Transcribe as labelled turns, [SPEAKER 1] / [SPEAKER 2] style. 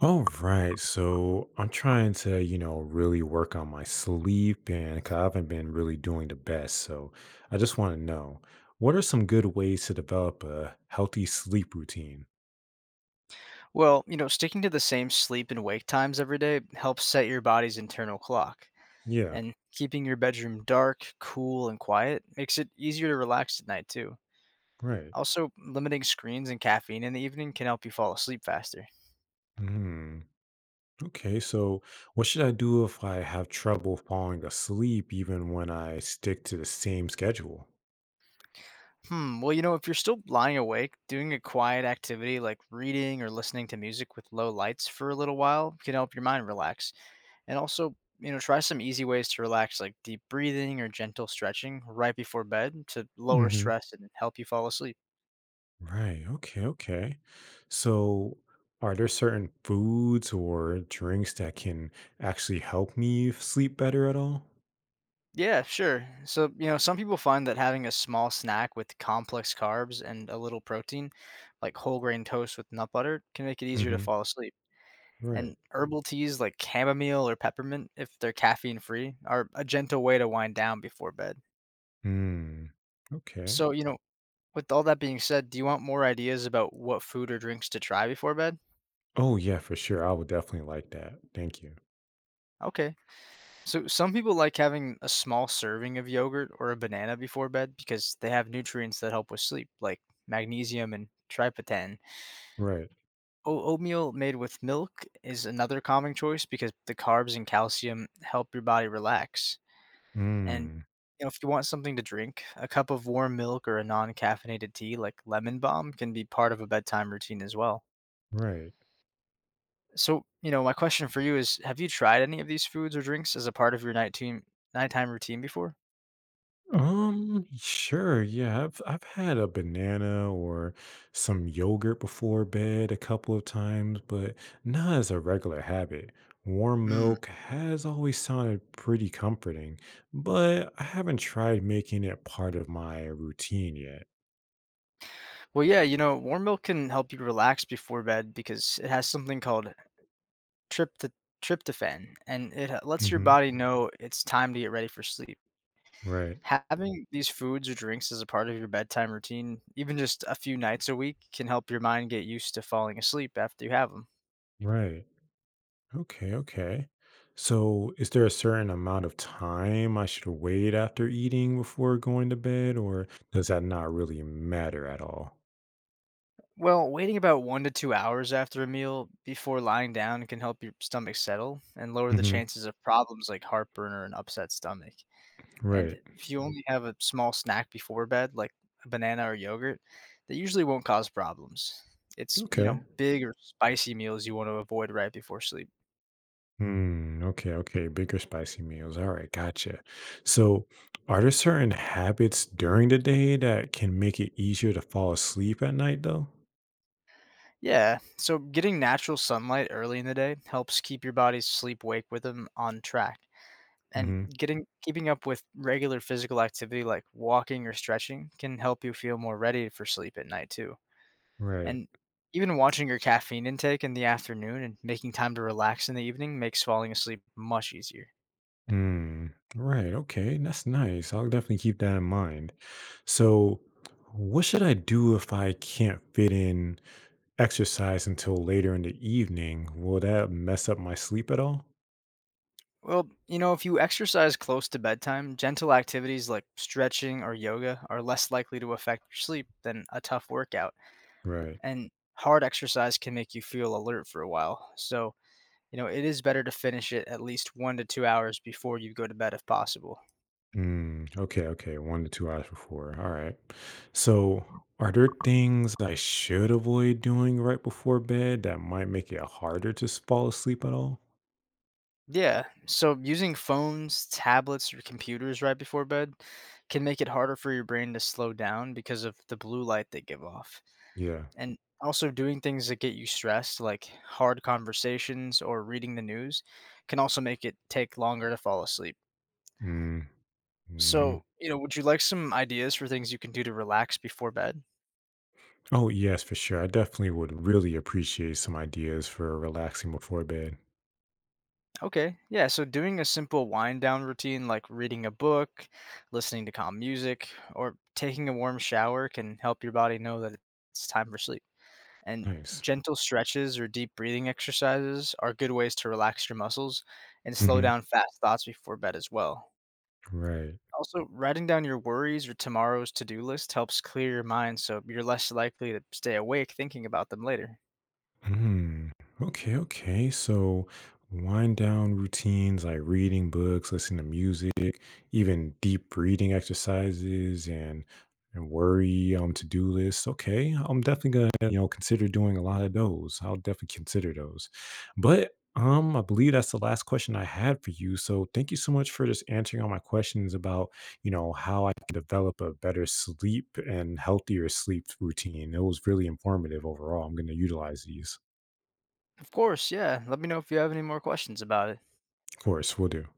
[SPEAKER 1] All right. So I'm trying to, you know, really work on my sleep and 'cause I haven't been really doing the best. So I just want to know what are some good ways to develop a healthy sleep routine?
[SPEAKER 2] Well, sticking to the same sleep and wake times every day helps set your body's internal clock.
[SPEAKER 1] Yeah.
[SPEAKER 2] And keeping your bedroom dark, cool, and quiet makes it easier to relax at night, too.
[SPEAKER 1] Right.
[SPEAKER 2] Also, limiting screens and caffeine in the evening can help you fall asleep faster.
[SPEAKER 1] Hmm. Okay. So what should I do if I have trouble falling asleep even when I stick to the same schedule?
[SPEAKER 2] Hmm, well, if you're still lying awake, doing a quiet activity like reading or listening to music with low lights for a little while can help your mind relax. And also, try some easy ways to relax, like deep breathing or gentle stretching right before bed to lower
[SPEAKER 1] Hmm.
[SPEAKER 2] stress and help you fall asleep.
[SPEAKER 1] Right. Okay. Okay. So, are there certain foods or drinks that can actually help me sleep better at all?
[SPEAKER 2] Yeah, sure. So, some people find that having a small snack with complex carbs and a little protein, like whole grain toast with nut butter, can make it easier to
[SPEAKER 1] Mm-hmm.
[SPEAKER 2] fall asleep. And
[SPEAKER 1] Right.
[SPEAKER 2] herbal teas like chamomile or peppermint, if they're caffeine free, are a gentle way to wind down before bed.
[SPEAKER 1] Mm. Okay.
[SPEAKER 2] So, with all that being said, do you want more ideas about what food or drinks to try before bed?
[SPEAKER 1] Oh, yeah, for sure. I would definitely like that. Thank you.
[SPEAKER 2] Okay. So some people like having a small serving of yogurt or a banana before bed because they have nutrients that help with sleep, like magnesium and tryptophan.
[SPEAKER 1] Right.
[SPEAKER 2] Oatmeal made with milk is another calming choice because the carbs and calcium help your body relax. And
[SPEAKER 1] Mm.
[SPEAKER 2] if you want something to drink, a cup of warm milk or a non-caffeinated tea like lemon balm can be part of a bedtime routine as well.
[SPEAKER 1] Right.
[SPEAKER 2] So, my question for you is, have you tried any of these foods or drinks as a part of your nighttime routine before?
[SPEAKER 1] Sure. Yeah, I've had a banana or some yogurt before bed a couple of times, but not as a regular habit. Warm
[SPEAKER 2] Mm.
[SPEAKER 1] milk has always sounded pretty comforting, but I haven't tried making it part of my routine yet.
[SPEAKER 2] Well, yeah, warm milk can help you relax before bed because it has something called trypto- tryptophan, and it lets your
[SPEAKER 1] Hmm.
[SPEAKER 2] body know it's time to get ready for sleep.
[SPEAKER 1] Right.
[SPEAKER 2] Having these foods or drinks as a part of your bedtime routine, even just a few nights a week, can help your mind get used to falling asleep after you have them.
[SPEAKER 1] Right. Okay, okay. So, is there a certain amount of time I should wait after eating before going to bed, or does that not really matter at all?
[SPEAKER 2] Well, waiting about 1 to 2 hours after a meal before lying down can help your stomach settle and lower the
[SPEAKER 1] Mm-hmm.
[SPEAKER 2] chances of problems like heartburn or an upset stomach. And
[SPEAKER 1] Right.
[SPEAKER 2] if you only have a small snack before bed, like a banana or yogurt, that usually won't cause problems. It's,
[SPEAKER 1] Okay.
[SPEAKER 2] big or spicy meals you want to avoid right before sleep.
[SPEAKER 1] Hmm. Okay. Okay. Bigger spicy meals. All right. Gotcha. So, are there certain habits during the day that can make it easier to fall asleep at night, though?
[SPEAKER 2] Yeah, so getting natural sunlight early in the day helps keep your body's sleep-wake rhythm on track. And
[SPEAKER 1] Hmm.
[SPEAKER 2] getting keeping up with regular physical activity like walking or stretching can help you feel more ready for sleep at night too.
[SPEAKER 1] Right.
[SPEAKER 2] And even watching your caffeine intake in the afternoon and making time to relax in the evening makes falling asleep much easier.
[SPEAKER 1] Hmm. Right. Okay. That's nice. I'll definitely keep that in mind. So, what should I do if I can't fit in exercise until later in the evening? Will that mess up my sleep at all?
[SPEAKER 2] Well, if you exercise close to bedtime, gentle activities like stretching or yoga are less likely to affect your sleep than a tough workout.
[SPEAKER 1] Right.
[SPEAKER 2] And hard exercise can make you feel alert for a while. So, it is better to finish it at least 1 to 2 hours before you go to bed if possible.
[SPEAKER 1] Mm, okay, okay. 1 to 2 hours before. All right. So, are there things I should avoid doing right before bed that might make it harder to fall asleep at all?
[SPEAKER 2] Yeah. So, using phones, tablets, or computers right before bed can make it harder for your brain to slow down because of the blue light they give off.
[SPEAKER 1] Yeah.
[SPEAKER 2] And also, doing things that get you stressed, like hard conversations or reading the news, can also make it take longer to fall asleep.
[SPEAKER 1] Mm, mhm.
[SPEAKER 2] So, would you like some ideas for things you can do to relax before bed?
[SPEAKER 1] Oh, yes, for sure. I definitely would really appreciate some ideas for relaxing before bed.
[SPEAKER 2] Okay. Yeah. So, doing a simple wind down routine like reading a book, listening to calm music, or taking a warm shower can help your body know that it's time for sleep. And
[SPEAKER 1] Nice.
[SPEAKER 2] gentle stretches or deep breathing exercises are good ways to relax your muscles and slow
[SPEAKER 1] Hmm.
[SPEAKER 2] down fast thoughts before bed as well.
[SPEAKER 1] Right.
[SPEAKER 2] Also, writing down your worries or tomorrow's to do list helps clear your mind so you're less likely to stay awake thinking about them later.
[SPEAKER 1] Hmm. Okay, okay. So wind down routines like reading books, listening to music, even deep reading exercises and worry to-do lists. Okay, I'm definitely gonna, you know, consider doing a lot of those. I'll definitely consider those. But I believe that's the last question I had for you. So thank you so much for just answering all my questions about, you know, how I can develop a better sleep and healthier sleep routine. It was really informative overall. I'm gonna utilize these.
[SPEAKER 2] Of course, yeah. Let me know if you have any more questions about it.
[SPEAKER 1] Of course, we'll do.